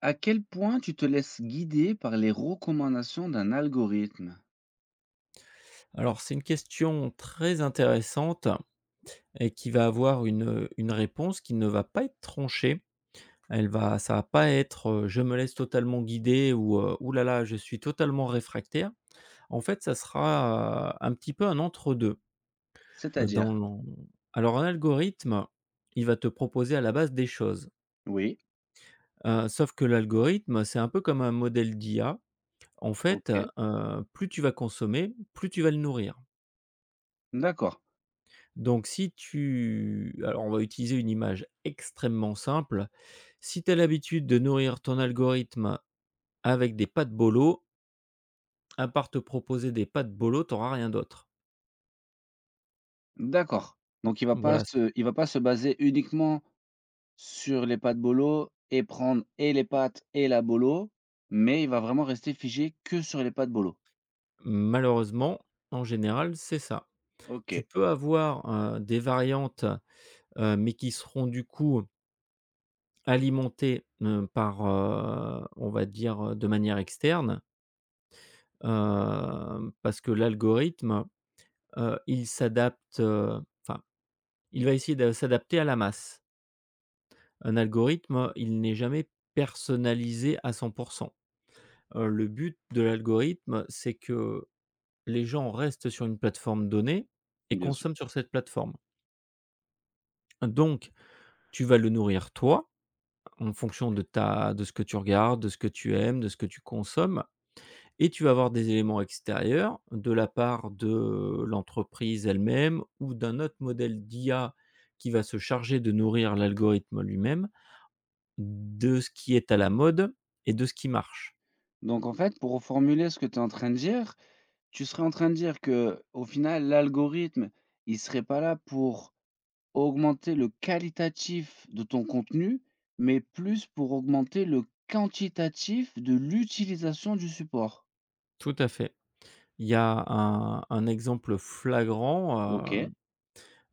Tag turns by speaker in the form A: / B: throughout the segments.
A: À quel point tu te laisses guider par les recommandations d'un algorithme?
B: Alors, c'est une question très intéressante et qui va avoir une réponse qui ne va pas être tranchée. Elle va ça va pas être, «Je me laisse totalement guider» ou, «Ouh là là, je suis totalement réfractaire». En fait, ça sera, un petit peu un entre 2.
A: C'est-à-dire?
B: Dans l'en Alors un algorithme, il va te proposer à la base des choses.
A: Oui,
B: Sauf que l'algorithme, c'est un peu comme un modèle d'IA. En fait,
A: OK,
B: plus tu vas consommer, plus tu vas le nourrir.
A: d'accord,
B: Donc si tu alors on va utiliser une image extrêmement simple. Si tu as l'habitude de nourrir ton algorithme avec des pâtes bolo, à part te proposer des pâtes bolo, tu auras rien d'autre.
A: d'accord. Donc il va pas
B: Voilà,
A: se il va pas se baser uniquement sur les pâtes bolo et prendre et les pâtes et la bolo, mais il va vraiment rester figé que sur les pâtes bolo.
B: malheureusement, en général, c'est ça. Tu
A: OK,
B: peux avoir, des variantes, mais qui seront du coup alimentées, par, on va dire, de manière externe, parce que l'algorithme, il s'adapte, enfin il va essayer de s'adapter à la masse. Un algorithme, il n'est jamais personnalisé à 100. Le but de l'algorithme, c'est que les gens restent sur une plateforme donnée et
A: bien sûr.
B: consomment sur cette plateforme. Donc tu vas le nourrir toi, en fonction de ce que tu regardes, de ce que tu aimes, de ce que tu consommes, et tu vas avoir des éléments extérieurs de la part de l'entreprise elle-même ou d'un autre modèle d'IA qui va se charger de nourrir l'algorithme lui-même. De ce qui est à la mode et de ce qui marche.
A: Donc en fait, pour reformuler ce que tu es en train de dire, tu serais en train de dire que au final, l'algorithme, il serait pas là pour augmenter le qualitatif de ton contenu, mais plus pour augmenter le quantitatif de l'utilisation du support.
B: Tout à fait. Il y a un exemple flagrant.
A: OK,
B: heu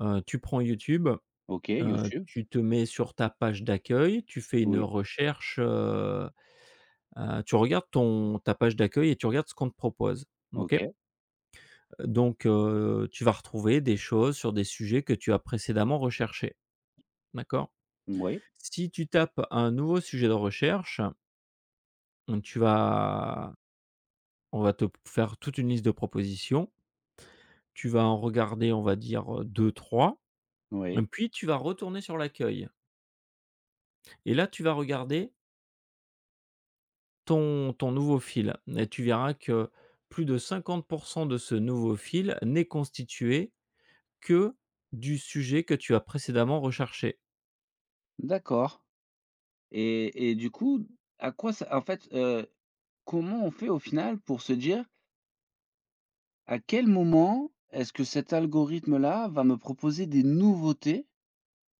B: Tu prends YouTube.
A: OK, YouTube,
B: Tu te mets sur ta page d'accueil, tu fais une
A: oui,
B: recherche, tu regardes ton ta page d'accueil et tu regardes ce qu'on te propose. OK?
A: OK,
B: Donc tu vas retrouver des choses sur des sujets que tu as précédemment recherchés. D'accord?
A: oui,
B: Si tu tapes un nouveau sujet de recherche, tu vas on va te faire toute une liste de propositions. Tu vas en regarder, on va dire, deux trois, 3
A: oui,
B: puis tu vas retourner sur l'accueil et là, tu vas regarder ton nouveau fil et tu verras que plus de 50% de ce nouveau fil n'est constitué que du sujet que tu as précédemment recherché.
A: d'accord, et du coup, à quoi ça en fait, comment on fait au final pour se dire à quel moment est-ce que cet algorithme là va me proposer des nouveautés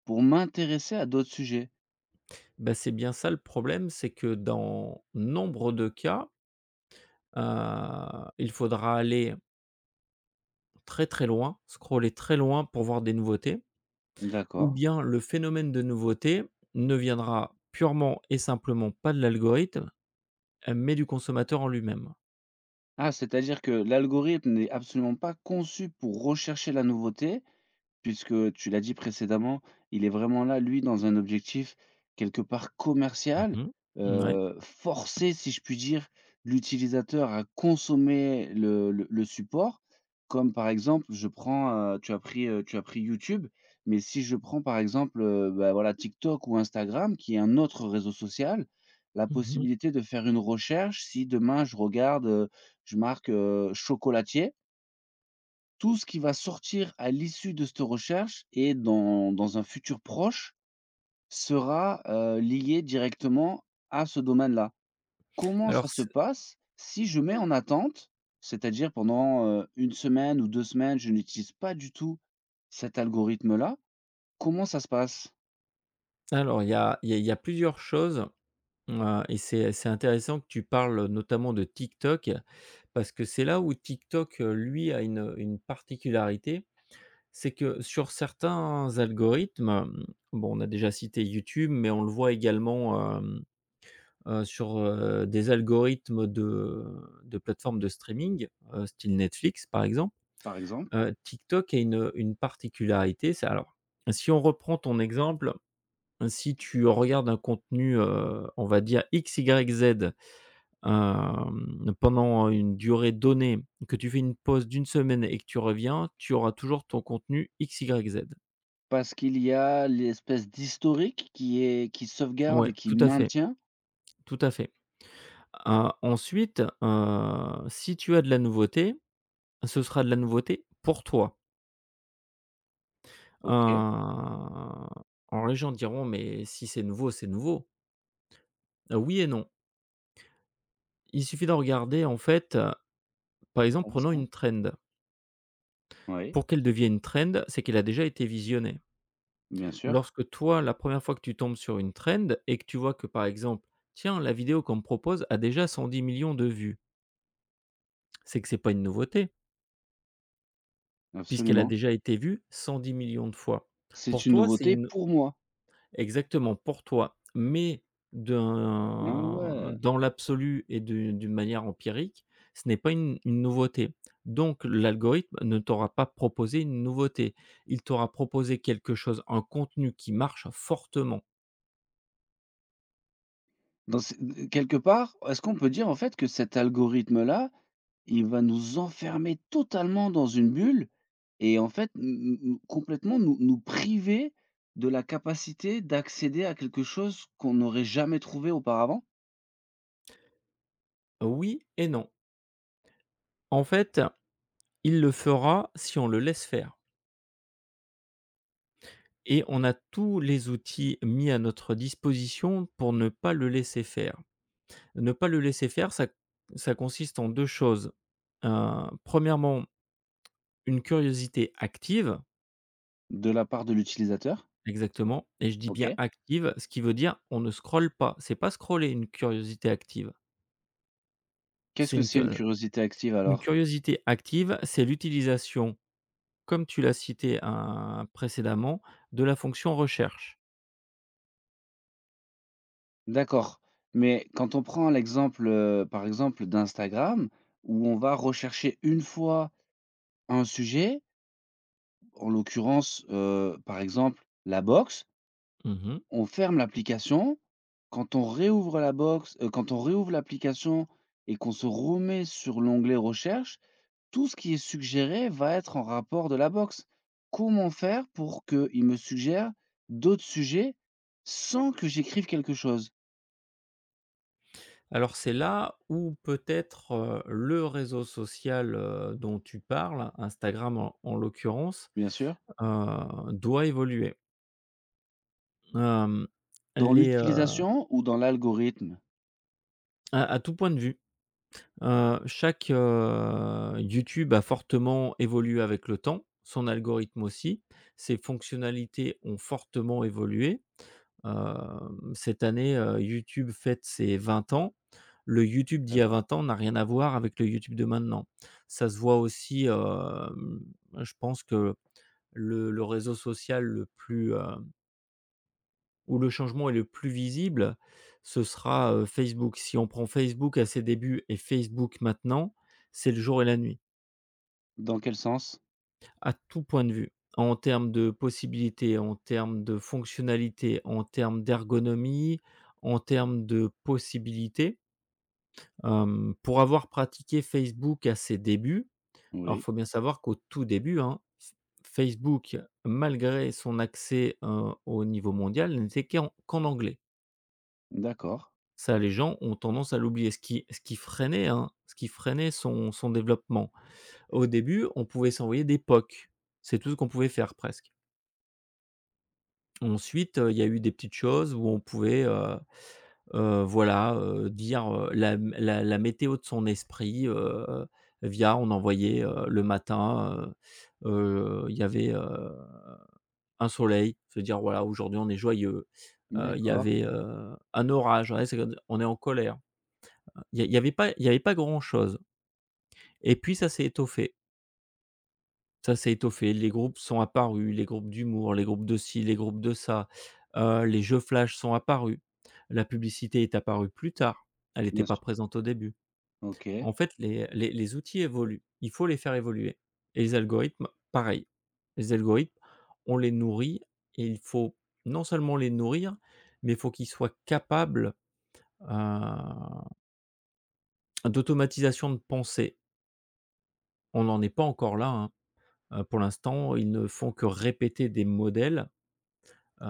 A: pour m'intéresser à d'autres sujets?
B: Ben, c'est bien ça le problème, c'est que dans nombre de cas, heu, il faudra aller très, très loin, scroller très loin pour voir des nouveautés. Ou
A: D'accord.
B: bien le phénomène de nouveauté ne viendra purement et simplement pas de l'algorithme, mais du consommateur en lui-même.
A: Ah, c'est-à-dire que l'algorithme n'est absolument pas conçu pour rechercher la nouveauté, puisque, tu l'as dit précédemment, il est vraiment là, lui, dans un objectif quelque part
B: Mmh
A: commercial,
B: mh. Mouais.
A: forcer, si je puis dire, l'utilisateur à consommer le le support. Comme par exemple, je prends, tu as pris YouTube, mais si je prends par exemple, bah, voilà, TikTok ou Instagram qui est un autre réseau social, la
B: Mmh.
A: possibilité de faire une recherche si demain je regarde, je marque, chocolatier, tout ce qui va sortir à l'issue de cette recherche et dans un futur proche sera, lié directement à ce domaine-là. Comment ça
B: Alors
A: se
B: c'est
A: passe si je mets en attente, c'est-à-dire pendant, 1 semaine ou 2 semaines, je n'utilise pas du tout cet algorithme-là, comment ça se passe,
B: alors il y a plusieurs choses, et c'est intéressant que tu parles notamment de TikTok parce que c'est là où TikTok, lui a une particularité, c'est que sur certains algorithmes, bon on a déjà cité YouTube mais on le voit également, sur, des algorithmes de plateformes de streaming, style Netflix, par exemple.
A: par exemple?
B: TikTok a une particularité, c'est alors, si on reprend ton exemple, si tu regardes un contenu, on va dire X, Y, Z, pendant une durée donnée, que tu fais une pause d'une semaine et que tu reviens, tu auras toujours ton contenu X, Y, Z.
A: Parce qu'il y a l'espèce d'historique qui est qui sauvegarde et
B: Ouais,
A: qui
B: tout à fait,
A: maintient?
B: tout à fait. Ensuite, si tu as de la nouveauté, ce sera de la nouveauté pour toi.
A: OK,
B: Alors les gens diront: «Mais si c'est nouveau, c'est nouveau». Oui et non. Il suffit de regarder en fait, par exemple prenons
A: intéressant.
B: une trend.
A: Oui,
B: Pour qu'elle devienne trend, c'est qu'elle a déjà été visionnée.
A: bien sûr,
B: Lorsque toi, la première fois que tu tombes sur une trend et que tu vois que par exemple, tiens la vidéo qu'on me propose a déjà cent dix millions de vues, c'est que c'est pas une nouveauté puisqu'elle a
A: absolument.
B: déjà été vue 110 millions de fois.
A: C'est
B: Pour
A: une
B: toi, c'est
A: nouveauté
B: une
A: pour moi.
B: Exactement, pour toi, mais
A: Ah
B: d'un
A: ouais!
B: dans l'absolu et de d'une manière empirique, ce n'est pas une nouveauté. Donc l'algorithme ne t'aura pas proposé une nouveauté. Il t'aura proposé quelque chose, un contenu qui marche fortement.
A: Dans ce quelque part, est-ce qu'on peut dire en fait que cet algorithme-là, il va nous enfermer totalement dans une bulle et en fait, nous complètement nous priver de la capacité d'accéder à quelque chose qu'on n'aurait jamais trouvé auparavant?
B: Oui et non. En fait, il le fera si on le laisse faire et on a tous les outils mis à notre disposition pour ne pas le laisser faire. Ne pas le laisser faire, ça consiste en 2 choses. Premièrement, une curiosité active.
A: De la part de l'utilisateur.
B: Exactement, et je dis bien
A: OK.
B: active, ce qui veut dire on ne scrolle pas. C'est pas scroller une curiosité active.
A: Qu'est-ce
B: C'est
A: que
B: une
A: c'est
B: cu
A: une curiosité active
B: une
A: alors?
B: curiosité active, c'est l'utilisation, comme tu l'as cité, hein, précédemment, de la fonction recherche.
A: D'accord, mais quand on prend l'exemple, par exemple d'Instagram où on va rechercher une fois un sujet. En l'occurrence, par exemple, la box,
B: Mmh.
A: on ferme l'application. Quand on réouvre la box, quand on réouvre l'application et qu'on se remet sur l'onglet recherche, tout ce qui est suggéré va être en rapport de la box. Comment faire pour qu'il me suggère d'autres sujets sans que j'écrive quelque chose?
B: Alors c'est là où peut-être, le réseau social, dont tu parles, Instagram en l'occurrence,
A: Bien sûr.
B: doit évoluer. Hem,
A: Dans
B: les, à
A: l'utilisation ou dans l'algorithme?
B: À tout point de vue, YouTube a fortement évolué avec le temps, son algorithme aussi. Ses fonctionnalités ont fortement évolué. Cette année, YouTube fête ses 20 ans. Le YouTube d'il y a
A: D'accord.
B: 20 ans n'a rien à voir avec le YouTube de maintenant. Ça se voit aussi, je pense que le réseau social le plus, où le changement est le plus visible, ce sera, Facebook. Si on prend Facebook à ses débuts et Facebook maintenant, c'est le jour et la nuit,
A: Dans quel sens?
B: à tout point de vue. En termes de possibilités, en termes de fonctionnalités, en termes d'ergonomie, en termes de possibilités. Pour avoir pratiqué Facebook à ses débuts, alors il
A: Oui.
B: faut bien savoir qu'au tout début, hein, F Facebook, malgré son accès, au niveau mondial, n'était qu'en anglais.
A: D'accord.
B: Ça, les gens ont tendance à l'oublier, ce qui freinait, hein, ce qui freinait son développement. Au début, on pouvait s'envoyer des POC, c'est tout ce qu'on pouvait faire presque. Ensuite, il y a eu des petites choses où on pouvait, voilà, dire, la météo de son esprit, via on envoyait, le matin, il y avait, un soleil, se dire: «Voilà, aujourd'hui on est joyeux». Il y
A: D'accord.
B: avait, un orage, ouais, c'est comme on est en colère. Il y avait pas grand-chose et puis ça s'est étoffé. Ça s'est étoffé, les groupes sont apparus, les groupes d'humour, les groupes de ci, les groupes de ça, les jeux flash sont apparus. La publicité est apparue plus tard, elle n'était
A: Bien
B: pas
A: sûr.
B: présente au début.
A: OK.
B: En fait, les outils évoluent. Il faut les faire évoluer et les algorithmes, pareil. Les algorithmes, on les nourrit et il faut non seulement les nourrir, mais il faut qu'ils soient capables, heu, d'automatisation de pensée. On n'en est pas encore là, hein. Pour l'instant, ils ne font que répéter des modèles, heu,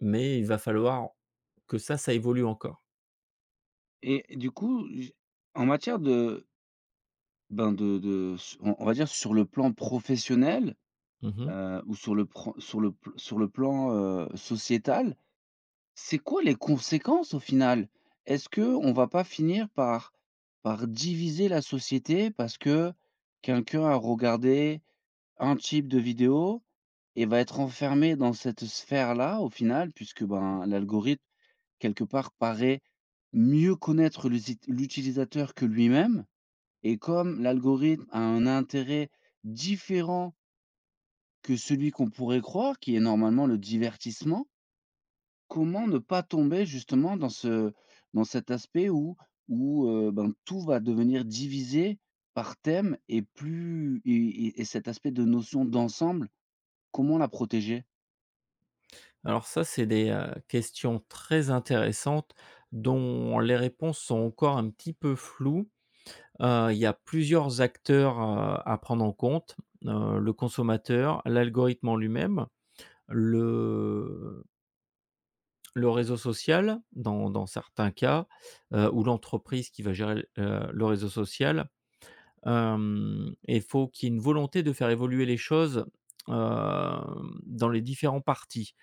B: mais il va falloir que ça évolue encore.
A: Et du coup, j en matière de, ben, de s on va dire sur le plan professionnel,
B: Mmh.
A: ou sur le pran sur le pl sur le plan, sociétal, c'est quoi les conséquences au final? Est-ce que on va pas finir par diviser la société parce que quelqu'un a regardé un type de vidéo et va être enfermé dans cette sphère-là au final? Puisque, ben, l'algorithme quelque part paraît mieux connaître le l'utilisateur que lui-même. Et comme l'algorithme a un intérêt différent que celui qu'on pourrait croire, qui est normalement le divertissement, comment ne pas tomber justement dans ce dans cet aspect où ben, tout va devenir divisé par thème et cet aspect de notion d'ensemble, comment la protéger?
B: Alors ça, c'est des, questions très intéressantes dont les réponses sont encore un petit peu floues. Il y a plusieurs acteurs, à prendre en compte, le consommateur, l'algorithme en lui-même, le le réseau social dans certains cas, ou l'entreprise qui va gérer, le réseau social. Hem Et il faut qu'il y ait une volonté de faire évoluer les choses, dans les différents parties.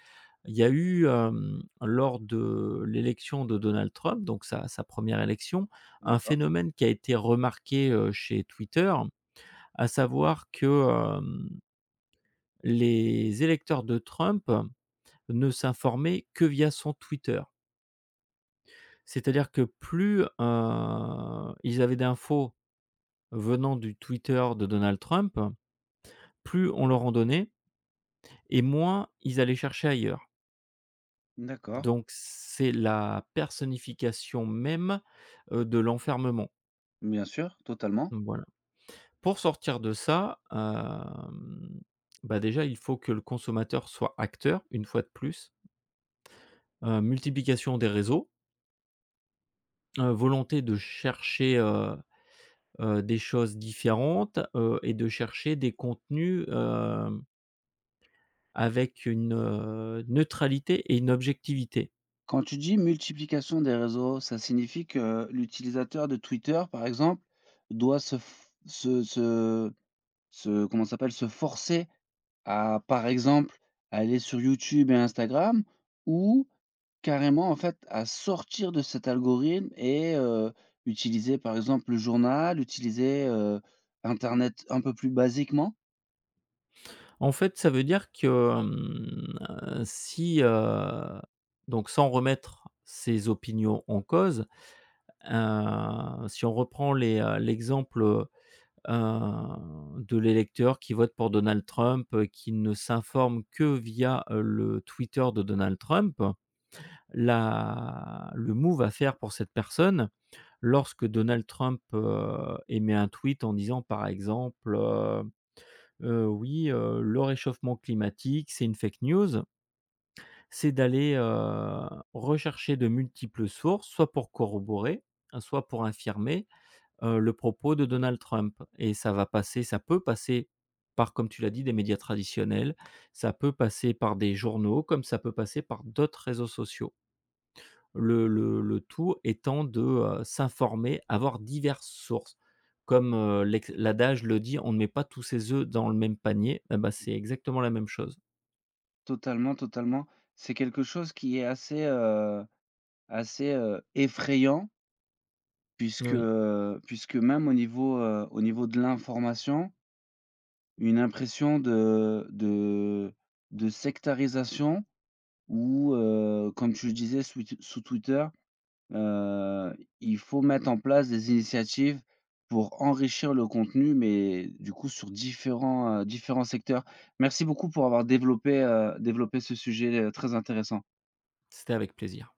B: Il y a eu, lors de l'élection de Donald Trump, donc sa 1re élection, un
A: D'accord,
B: phénomène qui a été remarqué, chez Twitter, à savoir que, hem, les électeurs de Trump ne s'informaient que via son Twitter. C'est-à-dire que plus, ils avaient d'infos venant du Twitter de Donald Trump, plus on leur en donnait et moins ils allaient chercher ailleurs.
A: d'accord,
B: Donc c'est la personnification même, de l'enfermement,
A: bien sûr, totalement.
B: voilà. Pour sortir de ça, bah, déjà il faut que le consommateur soit acteur, une fois de plus, multiplication des réseaux, volonté de chercher, des choses différentes, et de chercher des contenus, hem avec une, neutralité et une objectivité.
A: Quand tu dis multiplication des réseaux, ça signifie que l'utilisateur de Twitter, par exemple, doit se, comment ça s'appelle, se forcer à, par exemple, aller sur YouTube et Instagram ou carrément, en fait, à sortir de cet algorithme et utiliser, par exemple, le journal, utiliser, internet un peu plus basiquement?
B: En fait, ça veut dire que, si, donc sans remettre ses opinions en cause, si on reprend l'exemple, de l'électeur qui vote pour Donald Trump, qui ne s'informe que via, le Twitter de Donald Trump. La Le move à faire pour cette personne, lorsque Donald Trump, émet un tweet en disant par exemple, «Oui, le réchauffement climatique, c'est une fake news», c'est d'aller, rechercher de multiples sources, soit pour corroborer, hein, soit pour infirmer le propos de Donald Trump et ça peut passer par, comme tu l'as dit, des médias traditionnels, ça peut passer par des journaux, comme ça peut passer par d'autres réseaux sociaux. Le tout étant de, s'informer, avoir diverses sources. Comme, l'adage le dit: «On ne met pas tous ses œufs dans le même panier», et bah, c'est exactement la même chose.
A: Totalement, totalement. C'est quelque chose qui est assez, assez, effrayant puisque,
B: Oui,
A: même au niveau de l'information, une impression de de sectarisation. Ou, comme tu le disais sous Twitter, heu, il faut mettre en place des initiatives pour enrichir le contenu, mais du coup sur différents, différents secteurs. Merci beaucoup pour avoir développé, développé ce sujet, très intéressant.
B: c'était avec plaisir.